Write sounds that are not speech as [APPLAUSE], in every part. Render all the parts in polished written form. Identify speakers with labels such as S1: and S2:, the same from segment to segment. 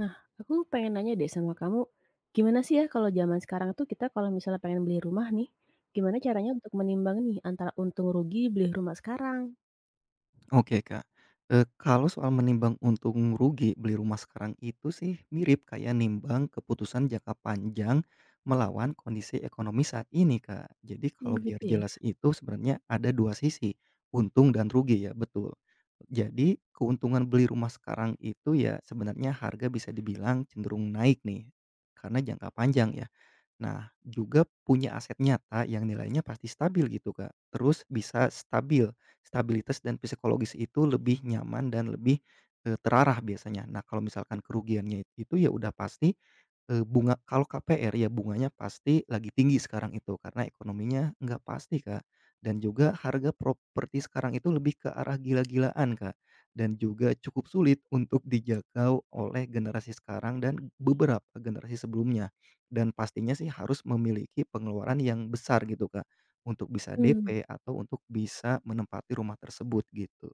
S1: Nah, aku pengen nanya deh sama kamu, gimana sih ya kalau zaman sekarang tuh kita kalau misalnya pengen beli rumah nih, gimana caranya untuk menimbang nih antara untung rugi beli rumah sekarang?
S2: Oke, Kak. Kalau soal menimbang untung rugi beli rumah sekarang itu sih mirip kayak nimbang keputusan jangka panjang melawan kondisi ekonomi saat ini, Kak. Jadi kalau
S1: Mmm,
S2: biar
S1: gitu ya?
S2: jelas itu sebenarnya ada 2 sisi, untung dan rugi ya, betul. Jadi keuntungan beli rumah sekarang itu ya sebenarnya harga bisa dibilang cenderung naik nih, karena jangka panjang ya. Nah, juga punya aset nyata yang nilainya pasti stabil gitu, Kak. Terus bisa stabilitas dan psikologis itu lebih nyaman dan terarah biasanya. Nah, kalau misalkan kerugiannya itu ya udah pasti. Bunga kalau KPR ya bunganya pasti lagi tinggi sekarang itu karena ekonominya nggak pasti, Kak, dan juga harga properti sekarang itu lebih ke arah gila-gilaan, Kak, dan juga cukup sulit untuk dijangkau oleh generasi sekarang dan beberapa generasi sebelumnya. Dan pastinya sih harus memiliki pengeluaran yang besar gitu, Kak, untuk bisa
S1: Mmm,
S2: DP atau untuk bisa menempati rumah tersebut gitu.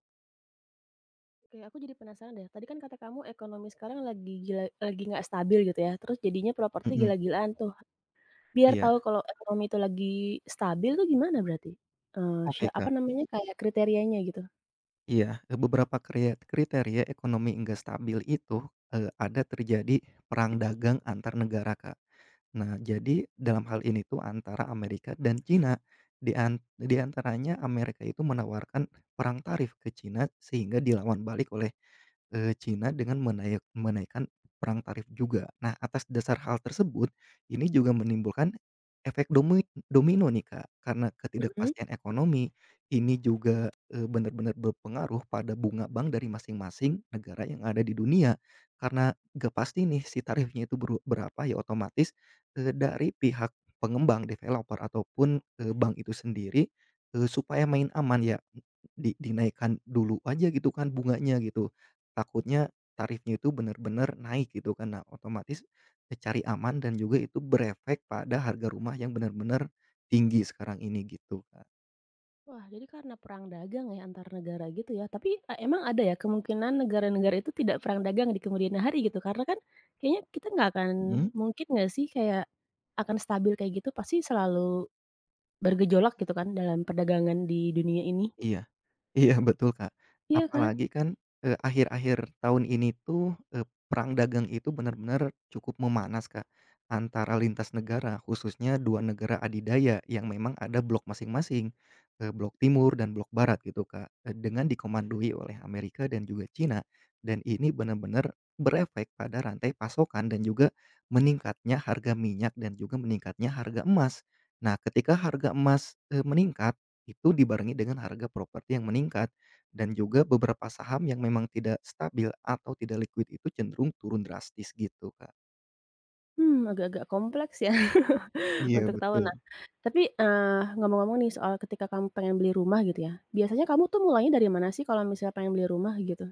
S1: oke aku jadi penasaran deh, tadi kan kata kamu ekonomi sekarang lagi gila lagi nggak stabil gitu ya, terus jadinya properti
S2: Mhm,
S1: gila-gilaan tuh. Biar
S2: iya.
S1: tahu kalau ekonomi itu lagi stabil tuh gimana berarti? Sya
S2: Oke,
S1: apa
S2: Kak.
S1: namanya, kayak kriterianya gitu?
S2: Iya, beberapa kriteria ekonomi enggak stabil itu, ada terjadi perang dagang antar negara, Kak. Nah, jadi dalam hal ini tuh antara Amerika dan Cina. Di antaranya Amerika itu menawarkan perang tarif ke Cina sehingga dilawan balik oleh, Cina dengan menaikkan perang tarif juga. Nah, atas dasar hal tersebut, ini juga menimbulkan efek domino nih, Kak, karena
S1: Mhm.
S2: ketidakpastian ekonomi, ini juga bener-bener berpengaruh pada bunga bank dari masing-masing negara yang ada di dunia. Karena gak pasti nih si tarifnya itu berapa, ya otomatis, dari pihak pengembang, developer ataupun, bank itu sendiri, supaya main aman ya dinaikkan dulu aja gitu kan bunganya gitu. Takutnya tarifnya itu bener-bener naik gitu kan. Nah otomatis, cari aman dan juga itu berefek pada harga rumah yang bener-bener tinggi sekarang ini gitu, Kak.
S1: Wah, jadi karena perang dagang ya antar negara gitu ya. Tapi, emang ada ya kemungkinan negara-negara itu tidak perang dagang di kemudian hari gitu? Karena kan kayaknya kita nggak akan
S2: Mhm,
S1: mungkin nggak sih kayak akan stabil kayak gitu, pasti selalu bergejolak gitu kan dalam perdagangan di dunia ini.
S2: iya. Iya betul, Kak.
S1: Iya kan?
S2: Apalagi kan, akhir-akhir tahun ini tuh, perang dagang itu benar-benar cukup memanas, Kak, antara lintas negara, khususnya 2 negara adidaya yang memang ada blok masing-masing, blok timur dan blok barat gitu, Kak, dengan dikomandoi oleh Amerika dan juga Cina, dan ini benar-benar berefek pada rantai pasokan dan juga meningkatnya harga minyak dan juga meningkatnya harga emas. Nah ketika harga emas, meningkat itu dibarengi dengan harga properti yang meningkat dan juga beberapa saham yang memang tidak stabil atau tidak liquid itu cenderung turun drastis gitu, Kak.
S1: Hmm, agak-agak kompleks ya [LAUGHS]
S2: Iya,
S1: untuk tahu. Nah,
S2: betul.
S1: tapi, ngomong-ngomong nih soal ketika kamu pengen beli rumah gitu ya, biasanya kamu tuh mulainya dari mana sih kalau misalnya pengen beli rumah gitu?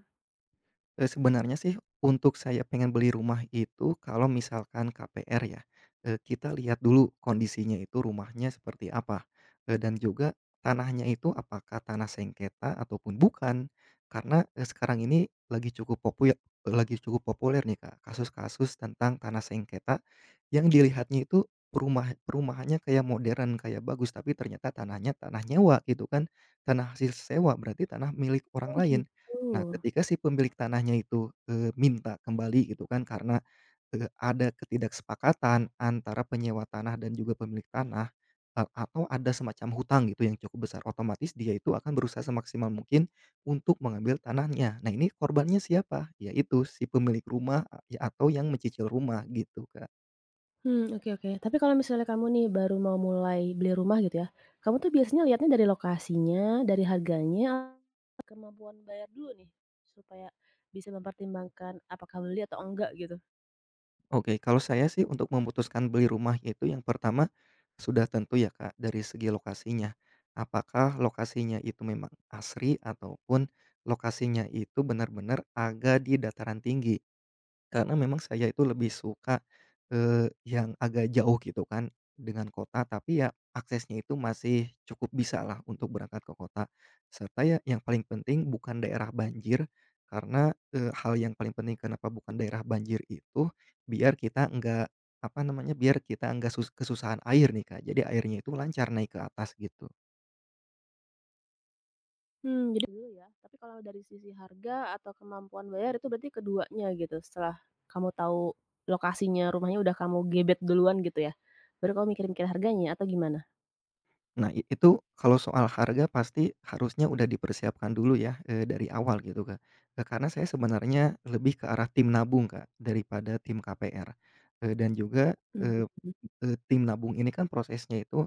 S2: Sebenarnya sih untuk saya pengen beli rumah itu kalau misalkan KPR ya, kita lihat dulu kondisinya itu rumahnya seperti apa, dan juga tanahnya itu apakah tanah sengketa ataupun bukan. Karena, sekarang ini lagi cukup populer nih Kak, kasus-kasus tentang tanah sengketa yang dilihatnya itu perumahannya kayak modern, kayak bagus, tapi ternyata tanahnya tanah nyewa gitu kan, tanah hasil sewa berarti tanah milik orang
S1: Oh,
S2: lain. Nah,
S1: gitu.
S2: ketika si pemilik tanahnya itu, minta kembali gitu kan karena, ada ketidaksepakatan antara penyewa tanah dan juga pemilik tanah, atau ada semacam hutang gitu yang cukup besar, otomatis dia itu akan berusaha semaksimal mungkin untuk mengambil tanahnya. Nah, ini korbannya siapa? Yaitu si pemilik rumah, ya atau yang mencicil rumah gitu, kan.
S1: Hmm, oke oke. Tapi kalau misalnya kamu nih baru mau mulai beli rumah gitu ya, kamu tuh biasanya lihatnya dari lokasinya, dari harganya, atau kemampuan bayar dulu nih? Supaya bisa mempertimbangkan apakah beli atau enggak gitu.
S2: Oke, kalau saya sih untuk memutuskan beli rumah itu yang pertama sudah tentu ya Kak, dari segi lokasinya. Apakah lokasinya itu memang asri ataupun lokasinya itu benar-benar agak di dataran tinggi. Karena memang saya itu lebih suka, yang agak jauh gitu kan dengan kota, tapi ya aksesnya itu masih cukup bisa lah untuk berangkat ke kota. Serta ya yang paling penting bukan daerah banjir, karena, hal yang paling penting kenapa bukan daerah banjir itu, biar kita enggak, apa namanya, biar kita enggak kesusahan air nih Kak, jadi airnya itu lancar naik ke atas gitu.
S1: Hmm, jadi dulu ya. Tapi kalau dari sisi harga atau kemampuan bayar itu berarti keduanya gitu, setelah kamu tahu lokasinya, rumahnya udah kamu gebet duluan gitu ya, baru kamu mikir-mikir harganya atau gimana?
S2: Nah, itu kalau soal harga pasti harusnya udah dipersiapkan dulu ya, dari awal gitu, Kak. Karena saya sebenarnya lebih ke arah tim nabung, Kak, daripada tim KPR. Dan juga,
S1: Mhm,
S2: eee
S1: mhm.
S2: eee, tim nabung ini kan prosesnya itu,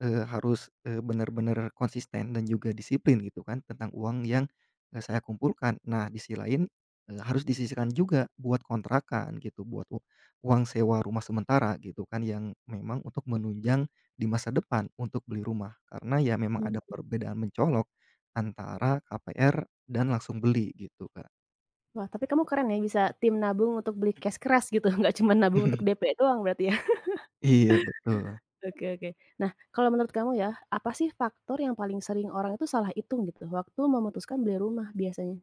S2: harus, benar-benar konsisten dan juga disiplin gitu kan tentang uang yang, saya kumpulkan. Nah, di sisi lain, harus disisihkan juga buat kontrakan gitu, buat uang sewa rumah sementara gitu kan yang memang untuk menunjang di masa depan untuk beli rumah karena ya memang
S1: Mmm,
S2: ada perbedaan mencolok antara KPR dan langsung beli gitu, Kak.
S1: wah tapi kamu keren ya bisa tim nabung untuk beli cash keras gitu, [LAUGHS] nggak cuma nabung untuk
S2: [LAUGHS]
S1: DP doang berarti ya?
S2: Iya betul.
S1: Oke oke. Nah, kalau menurut kamu ya, apa sih faktor yang paling sering orang itu salah hitung gitu, waktu memutuskan beli rumah biasanya?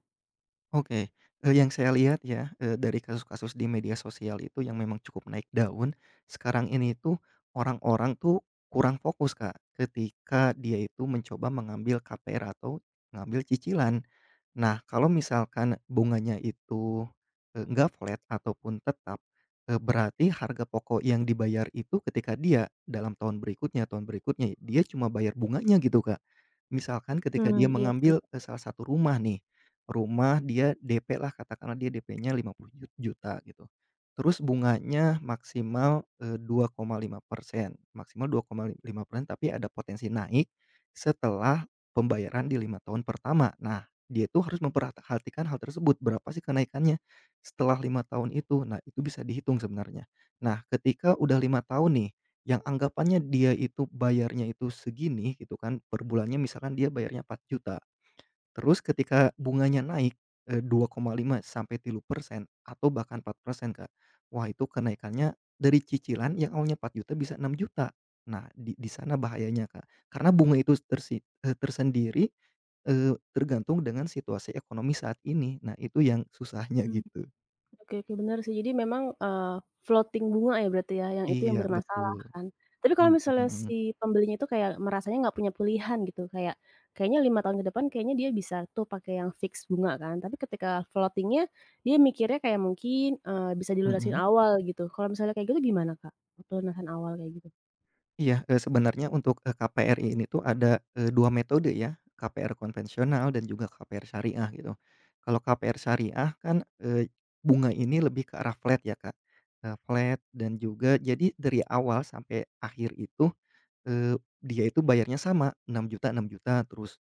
S2: Oke, yang saya lihat ya, dari kasus-kasus di media sosial itu yang memang cukup naik daun, sekarang ini tuh orang-orang tuh kurang fokus, Kak, ketika dia itu mencoba mengambil KPR atau ngambil cicilan. Nah, kalau misalkan bunganya itu, enggak flat ataupun tetap, berarti harga pokok yang dibayar itu ketika dia dalam tahun berikutnya, dia cuma bayar bunganya gitu, Kak. Misalkan ketika
S1: Hmm,
S2: dia
S1: iya sih.
S2: mengambil, salah satu rumah nih, rumah dia DP lah katakanlah dia DP-nya lima juta gitu. Terus bunganya maksimal, eh, 2,5%, maksimal 2,5%, tapi ada potensi naik setelah pembayaran di 5 tahun pertama. Nah dia itu harus memperhatikan hal tersebut, berapa sih kenaikannya setelah 5 tahun itu. Nah, itu bisa dihitung sebenarnya. Nah, ketika udah 5 tahun nih, yang anggapannya dia itu bayarnya itu segini gitu kan, per bulannya misalkan dia bayarnya 4 juta terus ketika bunganya naik, eh, 2,5 sampai 3% atau bahkan 4% Kak. Wah, itu kenaikannya dari cicilan yang awalnya 4 juta bisa 6 juta. Nah, di sana bahayanya, Kak. Karena bunga itu tersendiri. Tergantung dengan situasi ekonomi saat ini. Nah, itu yang susahnya [LAUGHS]
S1: Mmm,
S2: gitu.
S1: oke oke, benar sih. Jadi memang, floating bunga ya berarti ya, yang itu yang
S2: Iya, betul.
S1: bermasalah kan. Tapi kalau
S2: Mhm
S1: misalnya
S2: mhm
S1: si pembelinya itu kayak merasanya nggak punya pilihan gitu, kayak kayaknya 5 tahun ke depan kayaknya dia bisa tuh pakai yang fix bunga kan, tapi ketika floatingnya dia mikirnya kayak mungkin, bisa dilunasin
S2: mhm.
S1: awal gitu. Kalau misalnya kayak gitu gimana Kak, pelunasan awal kayak gitu?
S2: Iya, sebenarnya untuk, KPRI ini tuh ada, 2 metode ya, KPR konvensional dan juga KPR syariah gitu. Kalau KPR syariah kan, bunga ini lebih ke arah flat ya, Kak, flat dan juga jadi dari awal sampai akhir itu, eee, dia itu bayarnya sama, 6 juta 6 juta terus.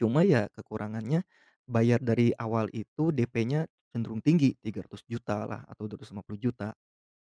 S2: Cuma ya kekurangannya bayar dari awal itu DP-nya cenderung tinggi, 300 juta lah atau 250 juta.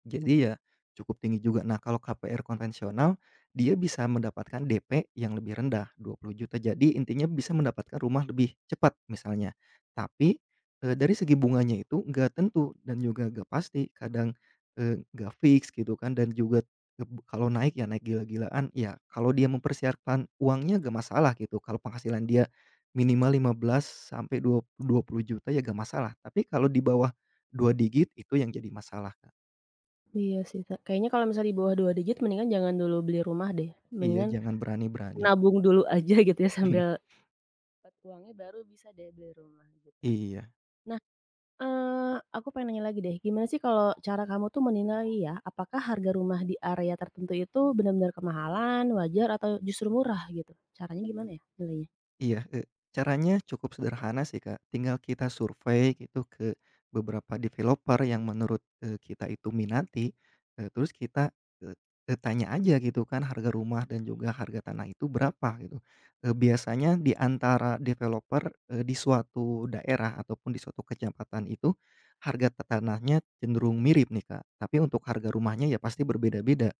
S2: Jadi ya cukup tinggi juga. Nah, kalau KPR konvensional dia bisa mendapatkan DP yang lebih rendah 20 juta. Jadi intinya bisa mendapatkan rumah lebih cepat misalnya. Tapi, dari segi bunganya itu nggak tentu dan juga nggak pasti, kadang, nggak fix gitu kan dan juga kalau naik ya naik gila-gilaan, ya kalau dia mempersiapkan uangnya nggak masalah gitu, kalau penghasilan dia minimal 15 sampai 20 juta ya nggak masalah. Tapi kalau di bawah 2 digit itu yang jadi masalah.
S1: Iya sih, Kak. Kayaknya kalau misalnya di bawah 2 digit mendingan jangan dulu beli rumah deh,
S2: Iya,
S1: mendingan
S2: jangan berani-berani.
S1: nabung dulu [LAUGHS] aja gitu ya sambil
S2: [LAUGHS]
S1: dapat uangnya baru bisa deh beli rumah gitu.
S2: Iya.
S1: Nah, aku pengen nanya lagi deh, gimana sih kalau cara kamu tuh menilai ya, apakah harga rumah di area tertentu itu benar-benar kemahalan, wajar, atau justru murah gitu? Caranya gimana ya nilainya?
S2: Iya, caranya cukup sederhana sih, Kak. Tinggal kita survei gitu ke beberapa developer yang menurut, kita itu minati, terus kita, eee eee, tanya aja gitu kan harga rumah dan juga harga tanah itu berapa gitu. Biasanya di antara developer, di suatu daerah ataupun di suatu kecamatan itu harga tanahnya cenderung mirip nih, Kak, tapi untuk harga rumahnya ya pasti berbeda-beda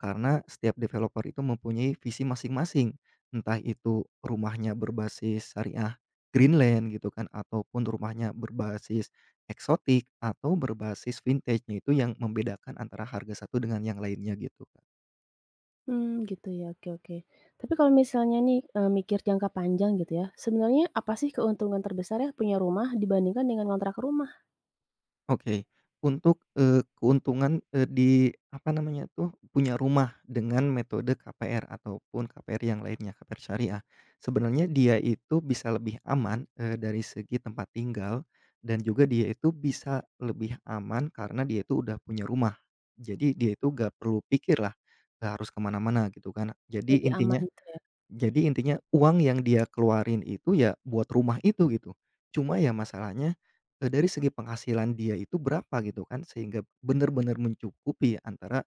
S2: karena setiap developer itu mempunyai visi masing-masing. Entah itu rumahnya berbasis syariah Greenland gitu kan, ataupun rumahnya berbasis eksotik atau berbasis vintage. Nah, itu yang membedakan antara harga satu dengan yang lainnya gitu, kan.
S1: Hmm, gitu ya, oke oke. Tapi kalau misalnya nih, mikir jangka panjang gitu ya, sebenarnya apa sih keuntungan terbesar ya punya rumah dibandingkan dengan kontrak rumah?
S2: Oke, untuk, keuntungan, di apa namanya tuh, punya rumah dengan metode KPR ataupun KPR yang lainnya, KPR syariah. Sebenarnya dia itu bisa lebih aman, dari segi tempat tinggal dan juga dia itu bisa lebih aman karena dia itu udah punya rumah. Jadi dia itu gak perlu pikirlah, gak harus kemana mana gitu kan.
S1: Lebih aman gitu ya?
S2: Jadi intinya uang yang dia keluarin itu ya buat rumah itu gitu. Cuma ya masalahnya, dari segi penghasilan dia itu berapa gitu kan sehingga benar-benar mencukupi antara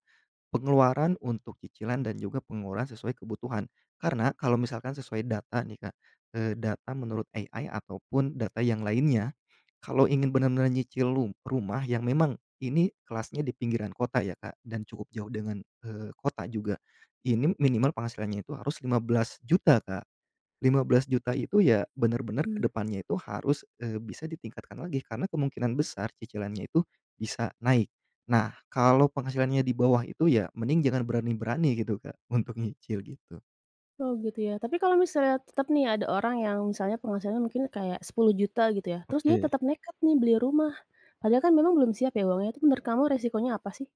S2: pengeluaran untuk cicilan dan juga pengeluaran sesuai kebutuhan. Karena kalau misalkan sesuai data nih Kak, data menurut AI ataupun data yang lainnya, kalau ingin benar-benar nyicil rumah yang memang ini kelasnya di pinggiran kota ya Kak, dan cukup jauh dengan, kota juga. Ini minimal penghasilannya itu harus 15 juta Kak, juta itu ya benar-benar ke
S1: Mmm.
S2: depannya itu harus, bisa ditingkatkan lagi karena kemungkinan besar cicilannya itu bisa naik. Nah, kalau penghasilannya di bawah itu ya mending jangan berani-berani gitu, Kak, untuk nyicil gitu.
S1: Oh gitu ya, tapi kalau misalnya tetap nih ada orang yang misalnya penghasilannya mungkin kayak 10.000.000 gitu ya, terus dia
S2: Oke.
S1: tetap nekat nih beli rumah, padahal kan memang belum siap ya uangnya, itu menurut kamu resikonya apa sih?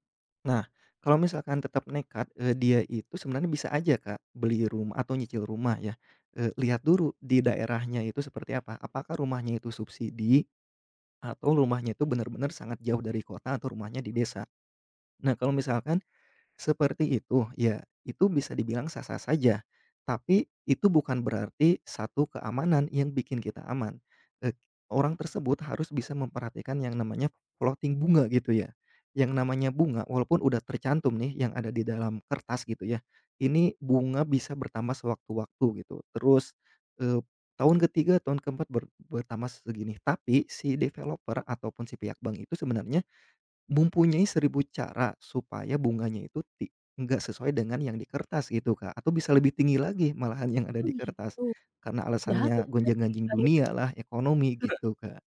S2: Nah, kalau misalkan tetap nekat, dia itu sebenarnya bisa aja, Kak, beli rumah atau nyicil rumah ya, lihat dulu di daerahnya itu seperti apa, apakah rumahnya itu subsidi atau rumahnya itu benar-benar sangat jauh dari kota atau rumahnya di desa. Nah, kalau misalkan seperti itu, ya itu bisa dibilang sah-sah saja, tapi itu bukan berarti satu keamanan yang bikin kita aman. Eee, orang tersebut harus bisa memperhatikan yang namanya floating bunga gitu ya, yang namanya bunga walaupun udah tercantum nih yang ada di dalam kertas gitu ya, ini bunga bisa bertambah sewaktu-waktu gitu terus, eee, tahun ketiga, tahun keempat bertambah segini tapi si developer ataupun si pihak bank itu sebenarnya mempunyai 1000 cara supaya bunganya itu nggak sesuai dengan yang di kertas gitu, Kak, atau bisa lebih tinggi lagi malahan yang ada
S1: Oh
S2: di kertas,
S1: gitu.
S2: karena
S1: Jahat
S2: alasannya
S1: ya si bank.
S2: gonjang-ganjing
S1: [LAUGHS]
S2: dunia lah, ekonomi gitu, Kak.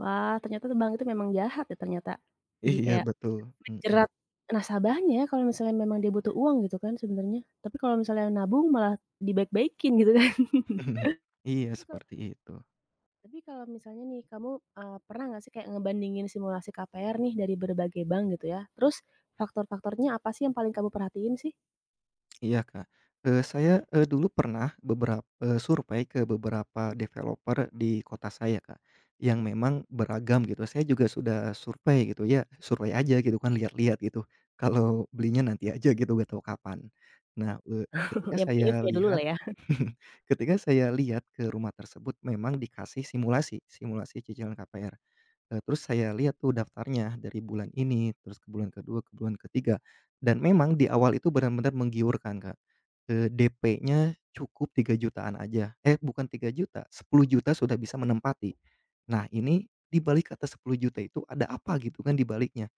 S1: Wah ternyata tuh bank itu memang jahat ya ternyata. Jadi
S2: Iya
S1: kayak
S2: betul, mhm.
S1: menjerat nasabahnya ya kalau misalnya memang dia butuh uang gitu kan sebenarnya, tapi kalau misalnya nabung malah dibaik-baikin gitu kan. [LAUGHS]
S2: [LAUGHS] Iya seperti itu.
S1: Tapi kalau misalnya nih kamu, pernah nggak sih kayak ngebandingin simulasi KPR nih dari berbagai bank gitu ya, terus faktor-faktornya apa sih yang paling kamu perhatiin sih?
S2: Iya, Kak. Saya, dulu pernah survei ke beberapa developer di kota saya, Kak, yang memang beragam gitu. Saya juga sudah survei gitu ya, survei aja gitu kan, lihat-lihat gitu. Kalau belinya nanti aja gitu, nggak tahu kapan. Nah, eee, ketika
S1: [LAUGHS] Yang penting
S2: saya
S1: info dulu
S2: lihat
S1: lah ya.
S2: [LAUGHS] ketika saya lihat ke rumah tersebut memang dikasih simulasi cicilan KPR. Terus saya lihat tuh daftarnya dari bulan ini, terus ke bulan kedua, ke bulan ketiga, dan memang di awal itu benar-benar menggiurkan, Kak. DP-nya cukup 3 jutaan aja, eh bukan 3 juta, 10 juta sudah bisa menempati. Nah ini di balik kata 10 juta itu ada apa gitu kan di baliknya.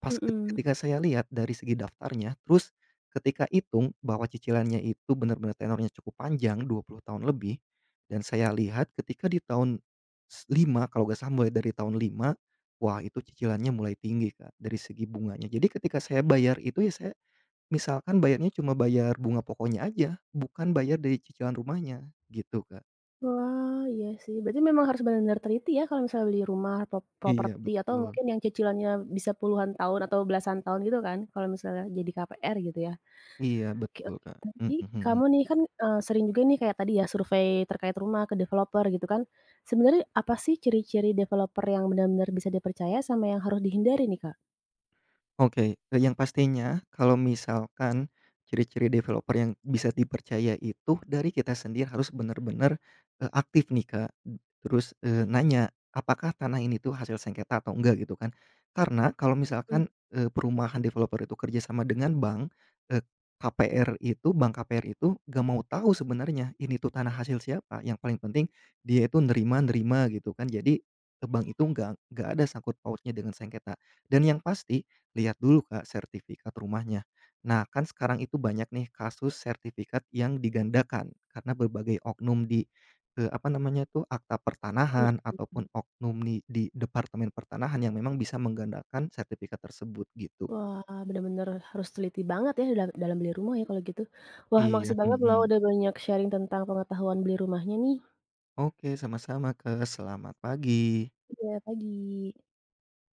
S2: Pas
S1: Mhm.
S2: ketika saya lihat dari segi daftarnya, terus ketika hitung bahwa cicilannya itu benar-benar tenornya cukup panjang, 20 tahun lebih, dan saya lihat ketika di tahun 5 kalau nggak salah mulai dari tahun 5 wah itu cicilannya mulai tinggi, Kak, dari segi bunganya. Jadi ketika saya bayar itu ya saya misalkan bayarnya cuma bayar bunga pokoknya aja, bukan bayar dari cicilan rumahnya, gitu, Kak.
S1: Wah, iya sih, berarti memang harus benar-benar teliti ya kalau misalnya beli rumah, prop
S2: Iya,
S1: properti atau
S2: betul.
S1: mungkin yang cicilannya bisa puluhan tahun atau belasan tahun gitu kan, kalau misalnya jadi KPR gitu ya?
S2: Iya,
S1: Oke
S2: betul,
S1: oke.
S2: Kak. Mhm
S1: Tapi
S2: mhm.
S1: kamu
S2: Mhm.
S1: nih kan, sering juga nih kayak tadi ya survei terkait rumah ke developer gitu kan. Sebenarnya apa sih ciri-ciri developer yang benar-benar bisa dipercaya sama yang harus dihindari nih, Kak?
S2: Oke, yang pastinya kalau misalkan ciri-ciri developer yang bisa dipercaya itu dari kita sendiri harus benar-benar, aktif nih, Kak. Terus, nanya apakah tanah ini tuh hasil sengketa atau enggak gitu kan. Karena kalau
S1: Mhm,
S2: misalkan, perumahan developer itu kerjasama dengan bank, eee, KPR itu bank KPR itu gak mau tahu sebenarnya ini tuh tanah hasil siapa, yang paling penting dia itu nerima-nerima gitu kan. Jadi, bank itu nggak ada sangkut pautnya dengan sengketa. Dan yang pasti lihat dulu Kak, sertifikat rumahnya. Nah, kan sekarang itu banyak nih kasus sertifikat yang digandakan karena berbagai oknum di, apa namanya tuh, akta pertanahan
S1: mhm.
S2: ataupun oknum nih di departemen pertanahan yang memang bisa menggandakan sertifikat tersebut gitu, Kak.
S1: Wah, benar-benar harus teliti banget ya dal dalam beli rumah ya kalau gitu. Wah,
S2: Iya,
S1: makasih banget loh
S2: mhm.
S1: udah banyak sharing tentang pengetahuan beli rumahnya nih.
S2: Oke, sama-sama Kak, selamat pagi.
S1: Iya, pagi.